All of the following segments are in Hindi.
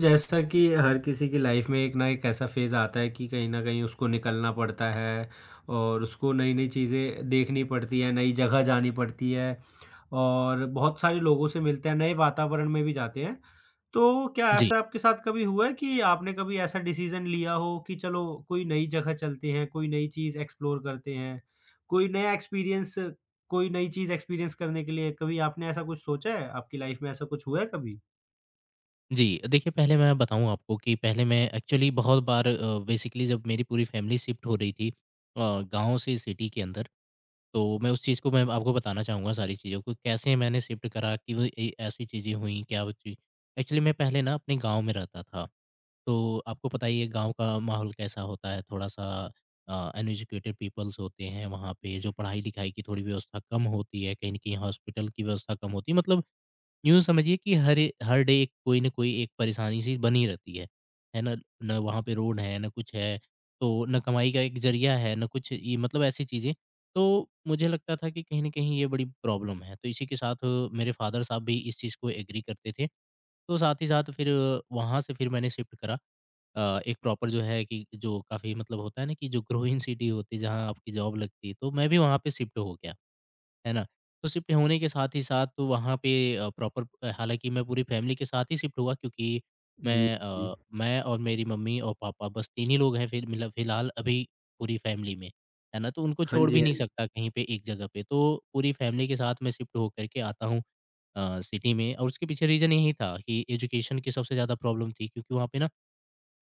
जैसा कि हर किसी की लाइफ में एक ना एक ऐसा फेज़ आता है कि कहीं न कहीं उसको निकलना पड़ता है और उसको नई-नई चीज़ें देखनी पड़ती हैं, नई जगह जानी पड़ती है और बहुत सारे लोगों से मिलते हैं, नए वातावरण में भी जाते हैं। तो क्या जी, ऐसा आपके साथ कभी हुआ है कि आपने कभी ऐसा डिसीज़न लिया हो कि चलो कोई नई जगह चलते हैं, कोई नई चीज़ एक्सप्लोर करते हैं, कोई नया एक्सपीरियंस कोई नई चीज़ एक्सपीरियंस करने के लिए कभी आपने ऐसा कुछ सोचा है? आपकी लाइफ में ऐसा कुछ हुआ है कभी? जी। देखिए, पहले मैं बताऊँ आपको कि पहले मैं एक्चुअली बहुत बार बेसिकली जब मेरी पूरी फैमिली शिफ्ट हो रही थी, गाँव से सिटी के अंदर। तो मैं उस चीज़ को मैं आपको बताना चाहूँगा सारी चीज़ों को, कैसे मैंने शिफ्ट करा कि वो ए ऐसी चीज़ें हुईं, क्या वो चीज़। एक्चुअली मैं पहले ना अपने गाँव में रहता था, तो आपको पता ही है गाँव का माहौल कैसा होता है। थोड़ा-सा अनएजुकेटेड पीपल्स होते हैं वहाँ पे, जो पढ़ाई-लिखाई की थोड़ी व्यवस्था कम होती है, कहीं न कहीं हॉस्पिटल की व्यवस्था कम होती है। मतलब यूँ समझिए कि हर डे एक कोई न कोई एक परेशानी-सी बनी रहती है। है ना? ना वहाँ पे रोड है, ना कुछ है, तो ना कमाई का एक ज़रिया है, ना कुछ ये मतलब ऐसी चीज़ें। तो मुझे लगता था कि कहीं न कहीं ये बड़ी प्रॉब्लम है। तो इसी के साथ मेरे फ़ादर साहब भी इस चीज़ को एग्री करते थे। तो साथ ही साथ फिर वहाँ से फिर मैंने शिफ्ट करा, एक प्रॉपर जो है कि जो काफ़ी मतलब होता है ना कि जो ग्रोइंग सिटी होती है, जहाँ आपकी जॉब लगती है, तो मैं भी वहाँ पे शिफ्ट हो गया। है ना? तो शिफ्ट होने के साथ ही साथ तो वहाँ पे प्रॉपर, हालाँकि मैं पूरी फैमिली के साथ ही शिफ्ट हुआ क्योंकि जी, मैं जी। अ, मैं और मेरी मम्मी और पापा बस 3 ही लोग हैं फिर मतलब फ़िलहाल अभी पूरी फैमिली में। है ना? तो उनको हाँ छोड़ जी, भी हाँ नहीं जी। सकता कहीं पे एक जगह पे, तो पूरी फैमिली के साथ मैं शिफ्ट होकर के आता हूँ सिटी में। और उसके पीछे रीज़न यही था कि एजुकेशन की सबसे ज़्यादा प्रॉब्लम थी, क्योंकि वहाँ पे ना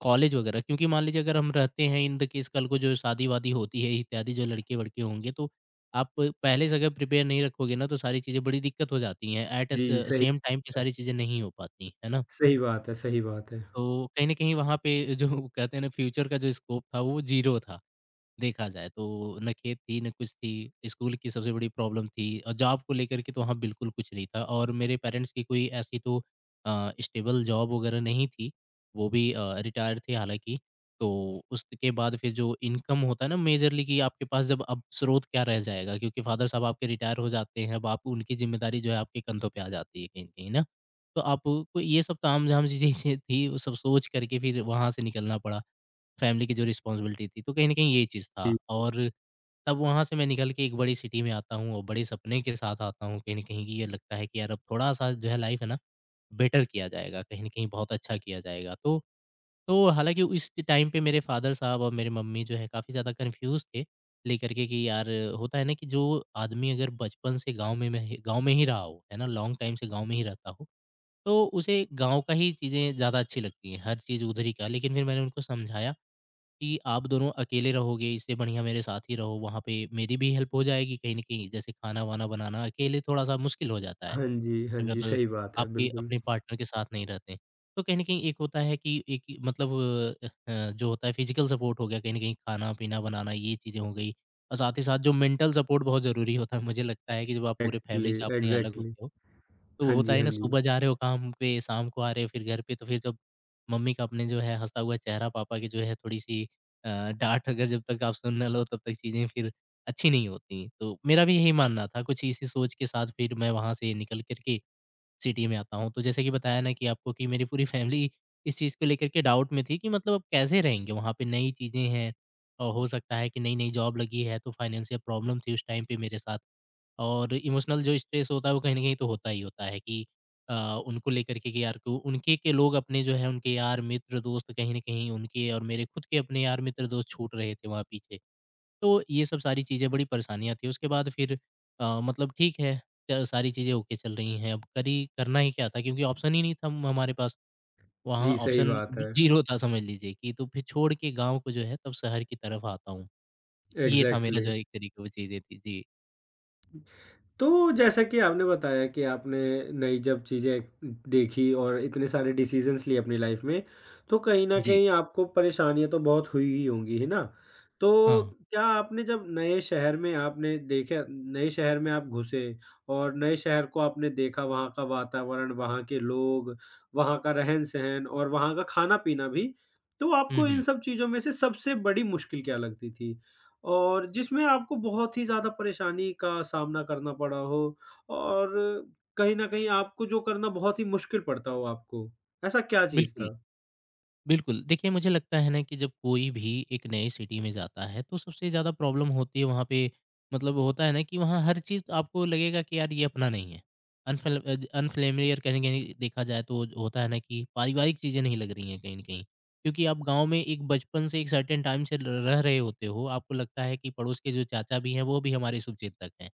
कॉलेज वगैरह, क्योंकि मान लीजिए अगर हम रहते हैं इन द केस कल को जो शादी-वादी होती है इत्यादि जो लड़के-वड़के होंगे, तो आप पहले से अगर प्रिपेयर नहीं रखोगे ना तो सारी चीज़ें बड़ी दिक्कत हो जाती हैं। एट अ जी, स सही सेम टाइम पे है। सारी चीज़ें नहीं हो पाती, है ना? सही बात है, सही बात है। तो कहीं न कहीं वहाँ पे जो कहते हैं ना फ्यूचर का जो स्कोप था वो ज़ीरो था। देखा जाए तो ना खेत थी, ना कुछ थी, स्कूल की सबसे बड़ी प्रॉब्लम थी और जॉब को लेकर के तो वहाँ बिल्कुल कुछ नहीं था। और मेरे पेरेंट्स की कोई ऐसी तो स्टेबल जॉब वगैरह नहीं थी, वो भी रिटायर थे हालाँकि। तो उसके बाद फिर जो इनकम होता है ना मेजरली कि आपके पास जब अब स्रोत क्या रह जाएगा, क्योंकि फ़ादर साहब आपके रिटायर हो जाते हैं, अब आप उनकी ज़िम्मेदारी जो है आपके कंधों पे आ जाती है कहीं न कहीं ना। तो आपको ये सब तामझाम चीज़ें थी, वो सब सोच कर के फिर वहाँ से निकलना पड़ा। फैमिली की जो रिस्पॉन्सिबिलिटी थी, तो कहीं न कहीं ये चीज़ था। जी। और तब वहाँ से मैं निकल के एक बड़ी सिटी में आता हूँ और बड़े सपने के साथ आता हूँ, कहीं न कहीं कि ये लगता है कि यार अब थोड़ा-सा जो है लाइफ़ है ना, बेटर किया जाएगा, कहीं न कहीं बहुत अच्छा किया जाएगा। तो हालाँकि इस टाइम पे मेरे फ़ादर साहब और मेरी मम्मी जो है काफ़ी ज़्यादा कन्फ्यूज़ थे, लेकर के कि यार होता है ना कि जो आदमी अगर बचपन से गाँव में गाँव में ही रहा हो, है ना, लॉन्ग टाइम से गाँव में ही रहता हो, तो उसे गाँव का ही चीज़ें ज़्यादा अच्छी लगती हैं, हर चीज़ उधर ही का, लेकिन फिर मैंने उनको समझाया कि आप दोनों अकेले रहोगे, इससे बढ़िया मेरे साथ ही रहो, वहाँ पे मेरी भी हेल्प हो जाएगी कहीं न कहीं। जैसे खाना-वाना बनाना अकेले थोड़ा-सा मुश्किल हो जाता है, हाँ जी, हाँ जी, अगर सही बात है, आपके बिल्कुल। अपने पार्टनर के साथ नहीं रहते। तो कहीं न कहीं एक होता है कि एक ही मतलब जो होता है फिज़िकल सपोर्ट हो गया, कहीं न कहीं खाना-पीना बनाना, ये चीज़ें हो गई। और साथ ही साथ जो मेंटल सपोर्ट बहुत ज़रूरी होता है, मुझे लगता है कि जब आप पूरे एक्टली फैमिली से अपने अलग एग्ज़ैक्टली। होते हो, तो हाँ होता जी, है हाँ ना जी। सुबह जा रहे हो काम पे, शाम को आ रहे हो फिर घर पे, तो फिर जब मम्मी का अपने जो है हँसा हुआ चेहरा, पापा की जो है थोड़ी-सी अ, डाँट अगर जब तक आप सुन ना लो तब तक चीज़ें फिर अच्छी नहीं होती। तो मेरा भी यही मानना था, कुछ इसी सोच के साथ फिर मैं वहाँ से निकल कर के सिटी में आता हूँ। तो जैसे कि बताया ना कि आपको कि मेरी पूरी फैमिली इस चीज़ को लेकर के डाउट में थी कि मतलब अब कैसे रहेंगे, वहाँ पे नई चीज़ें हैं और हो सकता है कि नई-नई जॉब लगी है, तो फाइनेंशियल प्रॉब्लम थी उस टाइम पे मेरे साथ। और इमोशनल जो स्ट्रेस होता है वो कहीं न कहीं तो होता ही होता है कि अ, उनको लेकर के कि यार को उनके के लोग अपने जो है उनके यार मित्र दोस्त कहीं न कहीं उनके और मेरे खुद के अपने यार मित्र दोस्त छूट रहे थे वहाँ पीछे। तो ये सब सारी चीज़ें बड़ी परेशानियाँ थी। उसके बाद फिर मतलब ठीक है, च सारी चीज़ें ओके चल रही हैं। अब करी करना ही क्या था क्योंकि ऑप्शन ही नहीं था हमारे पास। वहाँ जी, सही ऑप्शन बात बि है। ज़ीरो था समझ लीजिए कि, तो फिर छोड़ के गाँव को जो है तब शहर की तरफ आता हूँ। ये था मेरा एग्ज़ैक्टली। जो है एक तरीके वो चीज़ें थी। जी। तो जैसा कि आपने बताया कि आपने नई जब चीज़ें देखी और इतने सारे डिसीजंस लिए अपनी लाइफ में, तो कहीं न जी। कहीं आपको परेशानियाँ तो बहुत हुई ही होंगी, है ना? तो हाँ। क्या आपने जब नए शहर में आपने देखा नए शहर में आप घुसे और नए शहर को आपने देखा, वहाँ का वातावरण, वहाँ के लोग, वहाँ का रहन-सहन और वहाँ का खाना-पीना भी, तो हुँ, आपको हुँ। इन सब चीज़ों में से सबसे बड़ी मुश्किल क्या लगती थी? और जिसमें आपको बहुत ही ज़्यादा परेशानी का सामना करना पड़ा हो और कहीं न कहीं आपको जो करना बहुत ही मुश्किल पड़ता हो आपको, ऐसा क्या चीज़ बिल्कुल। था? बिल्कुल, देखिए मुझे लगता है ना कि जब कोई भी एक नए सिटी में जाता है तो सबसे ज़्यादा प्रॉब्लम होती है वहाँ पे, मतलब होता है ना कि वहाँ हर चीज़ आपको लगेगा कि यार ये अपना नहीं है। अनफेल अ, ज अनफ़्लेमिलियर कहीं न कहीं देखा जाए तो होता है ना कि पारिवारिक चीज़ें नहीं लग रही हैं कहीं न कहीं। क्योंकि आप गाँव में एक बचपन से एक सर्टेन टाइम से र रह रहे होते हो, आपको लगता है कि पड़ोस के जो चाचा भी हैं वो भी हमारे शुभचिंतक हैं।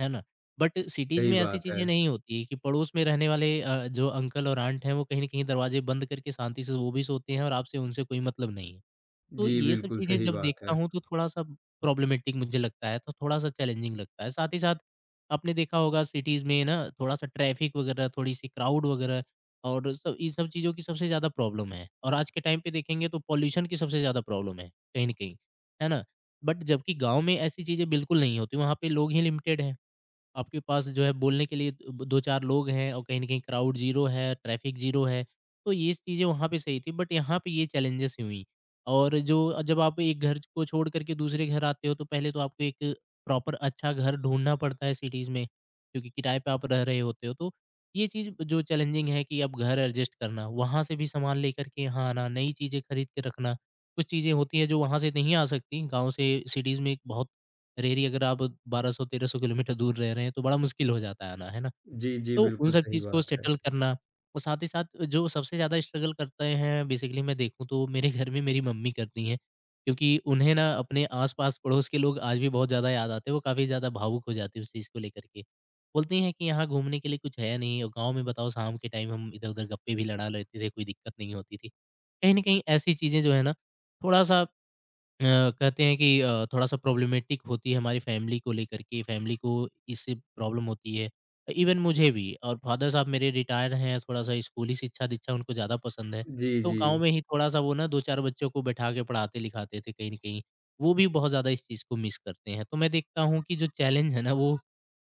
है ना? बट सिटीज़ सही में ऐसी बात है। चीज़ें नहीं होती कि पड़ोस में रहने वाले जो अंकल और आंट हैं, वो कहीं न कहीं दरवाजे बंद करके शांति से वो भी सोते हैं और आपसे उनसे कोई मतलब नहीं है। तो जी, ये सब बिल्कुल चीज़ें सही जब बात देखता है। हूँ, तो थोड़ा-सा प्रॉब्लमेटिक मुझे लगता है, तो थोड़ा-सा चैलेंजिंग लगता है। साथ ही साथ आपने देखा होगा सिटीज़ में ना थोड़ा-सा ट्रैफ़िक वगैरह, थोड़ी-सी क्राउड वगैरह और सब इन सब चीज़ों की सबसे ज़्यादा प्रॉब्लम है। और आज के टाइम पे देखेंगे तो पॉल्यूशन की सबसे ज़्यादा प्रॉब्लम है, कहीं न कहीं, है ना? बट जबकि गाँव में ऐसी चीज़ें बिल्कुल नहीं होती, वहाँ पे लोग ही लिमिटेड हैं। आपके पास जो है बोलने के लिए ब 2-4 लोग हैं और कहीं न कहीं क्राउड ज़ीरो है, ट्रैफ़िक ज़ीरो है, तो ये चीज़ें वहाँ पे सही थी बट यहाँ पे ये चैलेंजेस हुईं। और जो जब आप एक घर को छोड़ कर के दूसरे घर आते हो तो पहले तो आपको एक प्रॉपर अच्छा घर ढूँढना पड़ता है सिटीज़ में, क्योंकि किराए पे आप रह रहे होते हो। तो ये चीज़ जो चैलेंजिंग है कि अब घर एडजस्ट करना, वहाँ से भी सामान लेकर के यहाँ आना, नई चीज़ें खरीद के रखना। कुछ चीज़ें होती हैं जो वहाँ से नहीं आ सकती, गाँव से सिटीज़ में बहुत रेरी, अगर आप 1200-1300 किलोमीटर दूर रह रहे हैं, तो बड़ा मुश्किल हो जाता है आना, है ना? जी, जी, तो उन बिल्कुल सब सही चीज़ को बात है। सेटल करना और साथ ही साथ जो सबसे ज़्यादा स्ट्रगल करते हैं बेसिकली मैं देखूँ तो मेरे घर में मेरी मम्मी करती हैं, क्योंकि उन्हें ना अपने आस-पास पड़ोस के लोग आज भी बहुत ज़्यादा याद आते हैं, वो काफ़ी ज़्यादा भावुक हो जाती है उस चीज़ को लेकर के। बोलती हैं कि यहाँ घूमने के लिए कुछ है नहीं और गाँव में बताओ शाम के टाइम हम इधर-उधर गप्पे भी लड़ा लेते थे, कोई दिक्कत नहीं होती थी। कहीं न कहीं ऐसी चीज़ें जो है ना, थोड़ा-सा अ, कहते हैं कि थोड़ा-सा प्रॉब्लमेटिक होती है हमारी फैमिली को लेकर के, फैमिली को इससे प्रॉब्लम होती है। इवन मुझे भी, और फादर साहब मेरे रिटायर हैं, थोड़ा-सा स्कूली शिक्षा-दीक्षा उनको ज़्यादा पसंद है। जी, तो जी, गाँव में ही थोड़ा-सा वो ना 2-4 बच्चों को बैठा के पढ़ाते-लिखाते थे, कहीं न कहीं। वो भी बहुत ज़्यादा इस चीज़ को मिस करते हैं। तो मैं देखता हूँ कि जो चैलेंज है ना, वो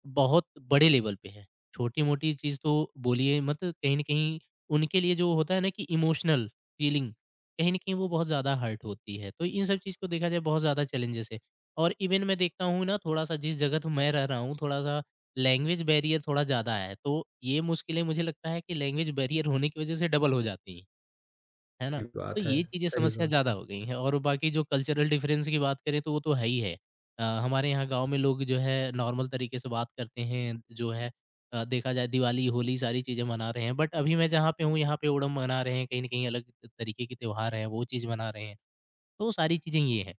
बहुत बड़े लेवल पे है। छोटी-मोटी चीज़ तो बोलिए मत, कहीं न कहीं उनके लिए जो होता है ना कि इमोशनल फीलिंग, कहीं न कहीं वो बहुत ज़्यादा हर्ट होती है। तो इन सब चीज़ को देखा जाए, बहुत ज़्यादा चैलेंजेस है, और इवन मैं देखता हूँ ना, थोड़ा-सा जिस जगह तो मैं रह रहा हूँ, थोड़ा-सा लैंग्वेज बैरियर थोड़ा ज़्यादा है। तो ये मुश्किलें मुझे लगता है कि लैंग्वेज बैरियर होने की वज़ह से डबल हो जाती हैं। है ना? सही तो बात है, ये चीज़ें सही समस्या बात ज़्यादा है। हो गई हैं, और बाकी जो कल्चरल डिफरेंस की बात करें, तो वो तो है ही है। हमारे यहाँ गाँव में लोग जो है नॉर्मल तरीके से बात करते हैं, जो है देखा जाए, दिवाली, होली सारी चीज़ें मना रहे हैं। बट अभी मैं जहाँ पे हूँ, यहाँ पे ओणम मना रहे हैं, कहीं न कहीं अलग तरीके के त्योहार हैं, वो चीज़ मना रहे हैं। तो वो सारी चीज़ें ये हैं,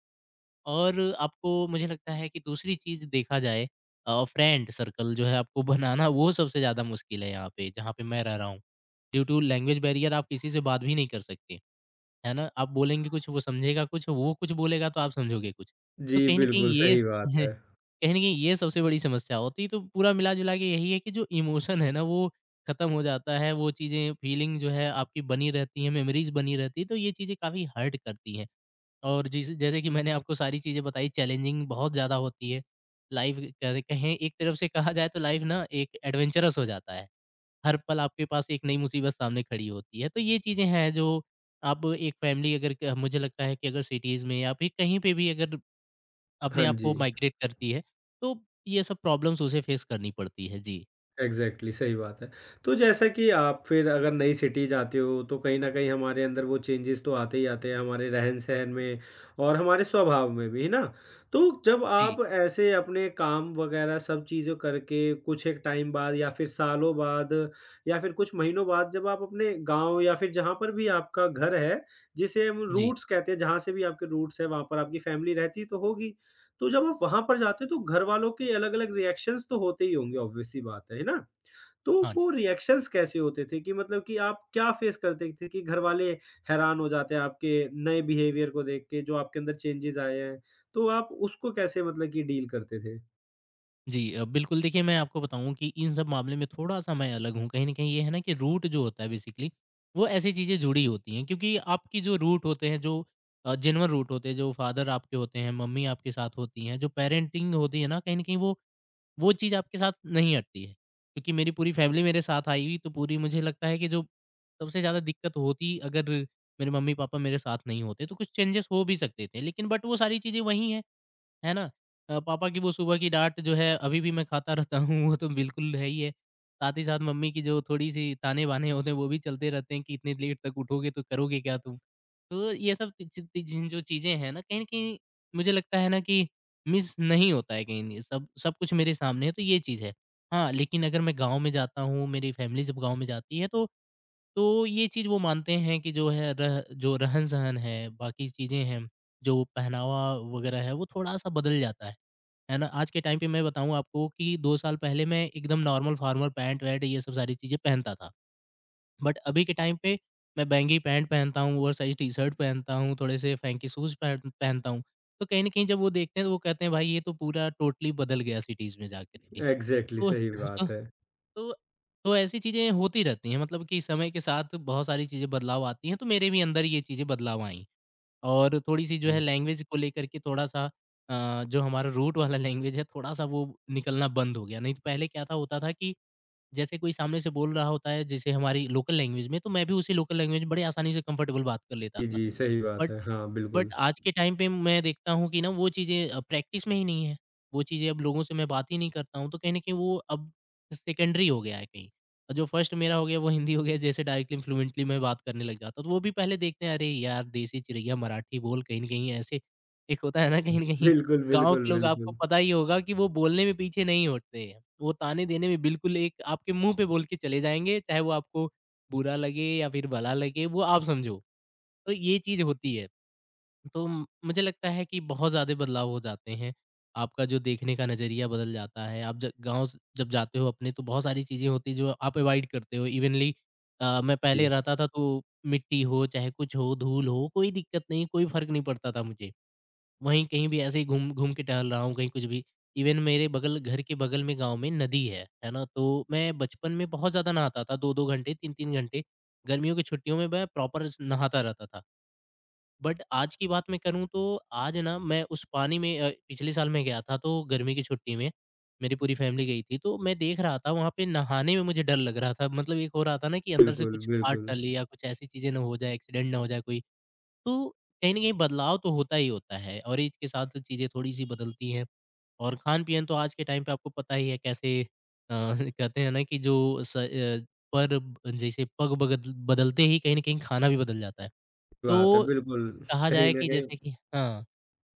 और आपको, मुझे लगता है कि दूसरी चीज़ देखा जाए, फ्रेंड सर्कल जो है आपको बनाना, वो सबसे ज़्यादा मुश्किल है यहाँ पे, जहाँ पे मैं रह रहा हूँ। ड्यू टू लैंग्वेज बैरियर आप किसी से बात भी नहीं कर सकते। है ना? आप बोलेंगे कुछ, वो समझेगा कुछ, वो कुछ बोलेगा तो आप समझोगे कुछ। तो जी, कहीं न कहीं बिल्कुल ये सही बात है। कहीं न कहीं ये सबसे बड़ी समस्या होती है, तो पूरा मिला-जुला के यही है कि जो इमोशन है ना, वो खत्म हो जाता है, वो चीज़ें फीलिंग जो है आपकी बनी रहती है, मेमोरीज़ बनी रहती है, तो ये चीज़ें काफ़ी हर्ट करती हैं। और जिस जैसे कि मैंने आपको सारी चीज़ें बताई, चैलेंजिंग बहुत ज़्यादा होती है। लाइफ़ कह कहें, एक तरफ से कहा जाए तो लाइफ़ ना एक एडवेंचरस हो जाता है। हर पल आपके पास एक नई मुसीबत सामने खड़ी होती है। तो ये चीज़ें हैं, जो आप एक फैमिली अगर क मुझे लगता है कि अगर सिटीज़ में या फिर कहीं पे भी अगर अपने हाँ आप को जी। माइग्रेट करती है, तो ये सब प्रॉब्लम्स उसे फेस करनी पड़ती है। जी। एग्ज़ैक्टली, सही बात है। तो जैसा कि आप फिर अगर नई सिटी जाते हो तो कहीं न कहीं हमारे अंदर वो चेंजेज़ तो आते ही आते हैं हमारे रहन-सहन में और हमारे स्वभाव में भी, है ना? तो जब जी। आप ऐसे अपने काम वग़ैरह सब चीज़ें करके कुछ एक टाइम बाद या फिर सालों बाद या फिर कुछ महीनों बाद जब आप अपने गाँव या फिर जहाँ पर भी आपका घर है, जिसे हम जी। रूट्स कहते हैं, जहाँ से भी आपके रूट्स हैं, वहाँ पर आपकी फ़ैमिली रहती तो होगी। तो जब आप वहाँ पर जाते हो तो घर वालों के अलग-अलग रिएक्शंस तो होते ही होंगे ऑब्वियस सी बात है ना? तो हाँ जी। वो रिएक्शंस कैसे होते थे कि मतलब कि आप क्या फ़ेस करते थे कि घरवाले हैरान हो जाते हैं आपके नए बिहेवियर को देख के, जो आपके अंदर चेंजेज़ आए हैं, तो आप उसको कैसे मतलब कि डील करते थे? जी, बिल्कुल, देखिए मैं आपको बताऊँ कि इन सब मामले में थोड़ा-सा मैं अलग हूँ। कहीं न कहीं ये है ना कि रूट जो होता है बेसिकली, वो ऐसी चीज़ें जुड़ी होती हैं, क्योंकि आपकी जो रूट होते हैं, जो जेन्युइन रूट होते हैं, जो फादर आपके होते हैं, मम्मी आपके साथ होती हैं, जो पेरेंटिंग होती है ना, कहीं न कहीं वो चीज़ आपके साथ नहीं हटती है। क्योंकि मेरी पूरी फैमिली मेरे साथ आई हुई, तो पूरी, मुझे लगता है कि जो सबसे ज़्यादा दिक्कत होती, अगर मेरे मम्मी-पापा मेरे साथ नहीं होते, तो कुछ चेंजेस हो भी सकते थे। लेकिन बट वो सारी चीज़ें वही हैं, है ना? पापा की वो सुबह की डाँट जो है अभी भी मैं खाता रहता हूँ, वो तो बिल्कुल है ही है। साथ ही साथ मम्मी की जो थोड़ी-सी ताने-बाने होते हैं, वो भी चलते रहते हैं कि इतनी लेट तक उठोगे तो करोगे क्या तुम? तो ये सब जिन जिन जो चीज़ें हैं ना, कहीं न कहीं मुझे लगता है ना कि मिस नहीं होता है, कहीं नहीं, सब सब कुछ मेरे सामने है, तो ये चीज़ है। हाँ, लेकिन अगर मैं गाँव में जाता हूँ, मेरी फ़ैमिली जब गाँव में जाती है, तो ये चीज़ वो मानते हैं कि जो है रह जो रहन-सहन है, बाकी चीज़ें हैं, जो पहनावा वगैरह है, वो थोड़ा-सा बदल जाता है ना? आज के टाइम पे मैं बताऊँ आपको कि 2 साल पहले मैं एकदम नॉर्मल फॉर्मल पैंट-वैंट ये सब सारी चीज़ें पहनता था। बट अभी के टाइम पे मैं बैंगी पैंट पहनता हूँ, ओवरसाइज़ टी-शर्ट पहनता हूँ, थोड़े से फैंकी शूज़ पहनता हूँ। तो कहीं न कहीं जब वो देखते हैं, तो वो कहते हैं, भाई ये तो पूरा टोटली बदल गया सिटीज़ में जाकर के। एग्ज़ैक्टली तो सही तो बात है। तो तो ऐसी चीज़ें होती रहती हैं, मतलब कि समय के साथ बहुत सारी चीज़ें बदलाव आती हैं, तो मेरे भी अंदर ये चीज़ें बदलाव आईं। और थोड़ी-सी जो है जी, लैंग्वेज को लेकर के, थोड़ा-सा जो हमारा रूट वाला लैंग्वेज है, थोड़ा-सा वो निकलना बंद हो गया। नहीं तो पहले क्या था, होता था कि जैसे कोई सामने से बोल रहा होता है, जैसे हमारी लोकल लैंग्वेज में, तो मैं भी उसी लोकल लैंग्वेज में बड़े आसानी से कंफर्टेबल बात कर लेता जी, था। जी, सही बात बट है। हाँ, बट बिल्कुल। आज के टाइम पे मैं देखता हूँ कि ना वो चीज़ें प्रैक्टिस में ही नहीं है। वो चीज़ें अब, लोगों से मैं बात ही नहीं करता हूँ, तो कहीं न कहीं वो अब सेकेंडरी हो गया है, कहीं। और जो फर्स्ट मेरा हो गया वो हिंदी हो गया, जैसे डायरेक्टली फ्लुएंटली मैं बात करने लग जाता हूँ, तो वो भी पहले देखते हैं, अरे यार देसी चिरैया मराठी बोल, कहीं न कहीं ऐसे एक होता है ना, कहीं न कहीं। बिल्कुल, गाँव बिल्कुल, के लोग, आपको बिल्कुल। पता ही होगा कि वो बोलने में पीछे नहीं हटते हैं। वो ताने देने में बिल्कुल एक आपके मुँह पे बोल के चले जाएँगे, चाहे वो आपको बुरा लगे या फिर भला लगे, वो आप समझो। तो ये चीज़ होती है। तो मुझे लगता है कि बहुत ज़्यादा बदलाव हो जाते हैं, आपका जो देखने का नज़रिया बदल जाता है। आप जब गाँव जब जाते हो अपने, तो बहुत सारी चीज़ें होती हैं जो आप अवॉइड करते हो। इवनली मैं पहले जी, रहता था तो, मिट्टी हो चाहे कुछ हो धूल हो, कोई दिक्कत नहीं, कोई फ़र्क नहीं पड़ता था मुझे। वहीं कहीं भी ऐसे ही घूम घूम के टहल रहा हूँ, कहीं कुछ भी। इवन मेरे बगल, घर के बगल में गांव में नदी है ना? तो मैं बचपन में बहुत ज़्यादा नहाता था, दो दो घंटे, तीन तीन घंटे। गर्मियों की छुट्टियों में मैं प्रॉपर नहाता रहता था। बट आज की बात मैं करूँ तो, आज ना मैं उस पानी में, पिछले साल मैं गया था तो, गर्मी की छुट्टी में मेरी पूरी फैमिली गई थी, तो मैं देख रहा था वहाँ पे, नहाने में मुझे डर लग रहा था, मतलब एक हो रहा था ना कि अंदर से बिल्कुल, कुछ हाथ बिल्कुल। टले या कुछ ऐसी चीज़ें ना हो जाए, एक्सीडेंट ना हो जाए कोई। तो कहीं ना कहीं बदलाव तो होता ही होता है, और एज के साथ चीज़ें थोड़ी सी बदलती हैं। और खान पीन तो आज के टाइम पे आपको पता ही है कैसे कहते हैं ना कि जो स, अ, पर ब- जैसे बदलते ही कहीं ना कहीं खाना भी बदल जाता है। बात है, तो बिल्कुल। कहा कहीं जाए न कि कहीं जैसे कि, हाँ,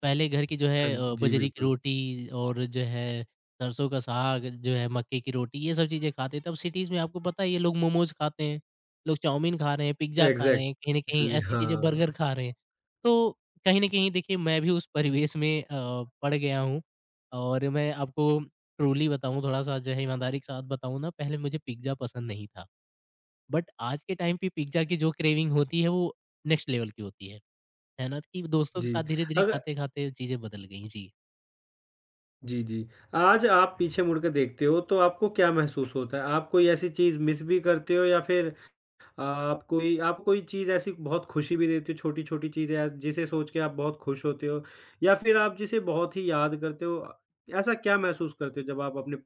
पहले घर की जो हाँ है जी, जी, बजरी की बिल्कुल। रोटी और जो है सरसों का साग, जो है मक्के की रोटी, ये सब चीज़ें खाते थे। अब सिटीज़ में आपको पता ही है, ये लोग मोमोज़ खाते हैं, लोग चाउमीन खा रहे हैं, पिज़्ज़ा खा रहे हैं, कहीं न कहीं एग्ज़ैक्टली ऐसी चीज़ें, बर्गर हाँ, खा रहे हैं। तो कहीं न कहीं देखिए, मैं भी उस परिवेश में पड़ गया हूँ, और मैं आपको ट्रूली बताऊँ, थोड़ा-सा जो है ईमानदारी के साथ बताऊँ ना, पहले मुझे पिज़्ज़ा पसंद नहीं था। बट आज के टाइम पे पिज़्ज़ा की जो क्रेविंग होती है, वो नेक्स्ट लेवल की होती है। है ना? कि दोस्तों के साथ जी। धीरे-धीरे, अगर खाते-खाते चीज़ें बदल गई। जी, जी, जी। आज आप पीछे मुड़ के देखते हो तो आपको क्या महसूस होता है? आप कोई ऐसी चीज़ मिस भी करते हो या फिर आप कोई आपको कोई चीज़ ऐसी बहुत खुशी भी देती हो, छोटी-छोटी चीज़ें जिसे सोच के आप बहुत खुश होते हो या फिर आप जिसे बहुत ही याद करते हो? ऐसा क्या महसूस करते हो जब आप अपने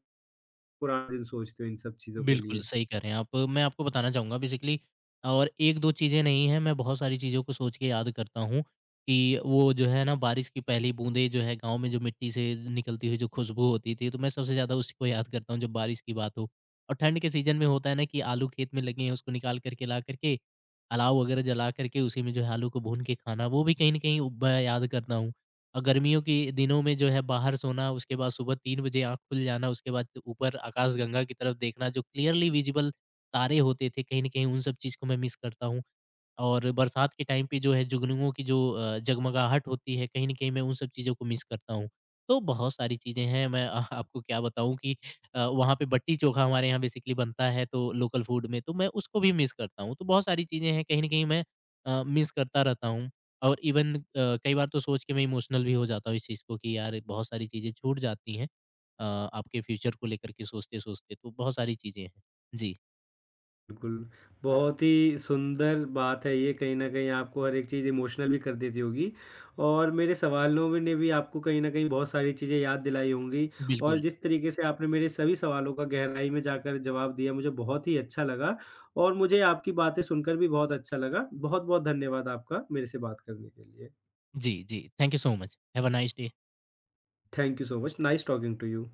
पुराने दिन सोचते हो इन सब चीज़ों के बिल्कुल लिए? सही कह रहे हैं आप। मैं आपको बताना चाहूँगा बेसिकली, और 1-2 चीज़ें नहीं हैं, मैं बहुत सारी चीज़ों को सोच के याद करता हूँ कि, वो जो है ना, बारिश की पहली बूँदें जो है गाँव में, जो मिट्टी से निकलती हुई जो खुशबू होती थी, तो मैं सबसे ज़्यादा उसी को याद करता हूँ जब बारिश की बात हो। और ठंड के सीज़न में होता है ना कि आलू खेत में लगे हैं, उसको निकाल कर के ला कर के, अलाव वगैरह जला कर के उसी में जो है आलू को भून के खाना, वो भी कहीं न कहीं ब याद करता हूँ। और गर्मियों के दिनों में जो है बाहर सोना, उसके बाद सुबह 3 बजे आँख खुल जाना, उसके बाद ऊपर आकाशगंगा की तरफ देखना, जो क्लियरली विज़िबल तारे होते थे, कहीं न कहीं उन सब चीज़ को मैं मिस करता हूँ। और बरसात के टाइम पे जो है जुगनुओं की जो जगमगाहट होती है, कहीं न कहीं मैं उन सब चीज़ों को मिस करता हूँ। तो बहुत सारी चीज़ें हैं, मैं आपको क्या बताऊँ कि वहाँ पे बट्टी-चोखा हमारे यहाँ बेसिकली बनता है, तो लोकल फूड में, तो मैं उसको भी मिस करता हूँ। तो बहुत सारी चीज़ें हैं, कहीं न कहीं मैं मिस करता रहता हूँ, और इवन कई बार तो सोच के मैं इमोशनल भी हो जाता हूँ इस चीज़ को कि यार, बहुत सारी चीज़ें छूट जाती हैं आपके फ्यूचर को लेकर के सोचते-सोचते, तो बहुत सारी चीज़ें हैं। जी, बिल्कुल, बहुत ही सुंदर बात है ये कहीं न कहीं आपको हर एक चीज़ इमोशनल भी कर देती होगी और मेरे सवालों में ने भी आपको कहीं न कहीं बहुत सारी चीज़ें याद दिलाई होंगी और बिल्कुल। जिस तरीके से आपने मेरे सभी सवालों का गहराई में जाकर जवाब दिया, मुझे बहुत ही अच्छा लगा और मुझे आपकी बातें सुनकर भी बहुत अच्छा लगा। बहुत-बहुत धन्यवाद आपका मेरे से बात करने के लिए। जी, जी। Thank you so much. Have a nice day. Thank you so much, nice talking to you.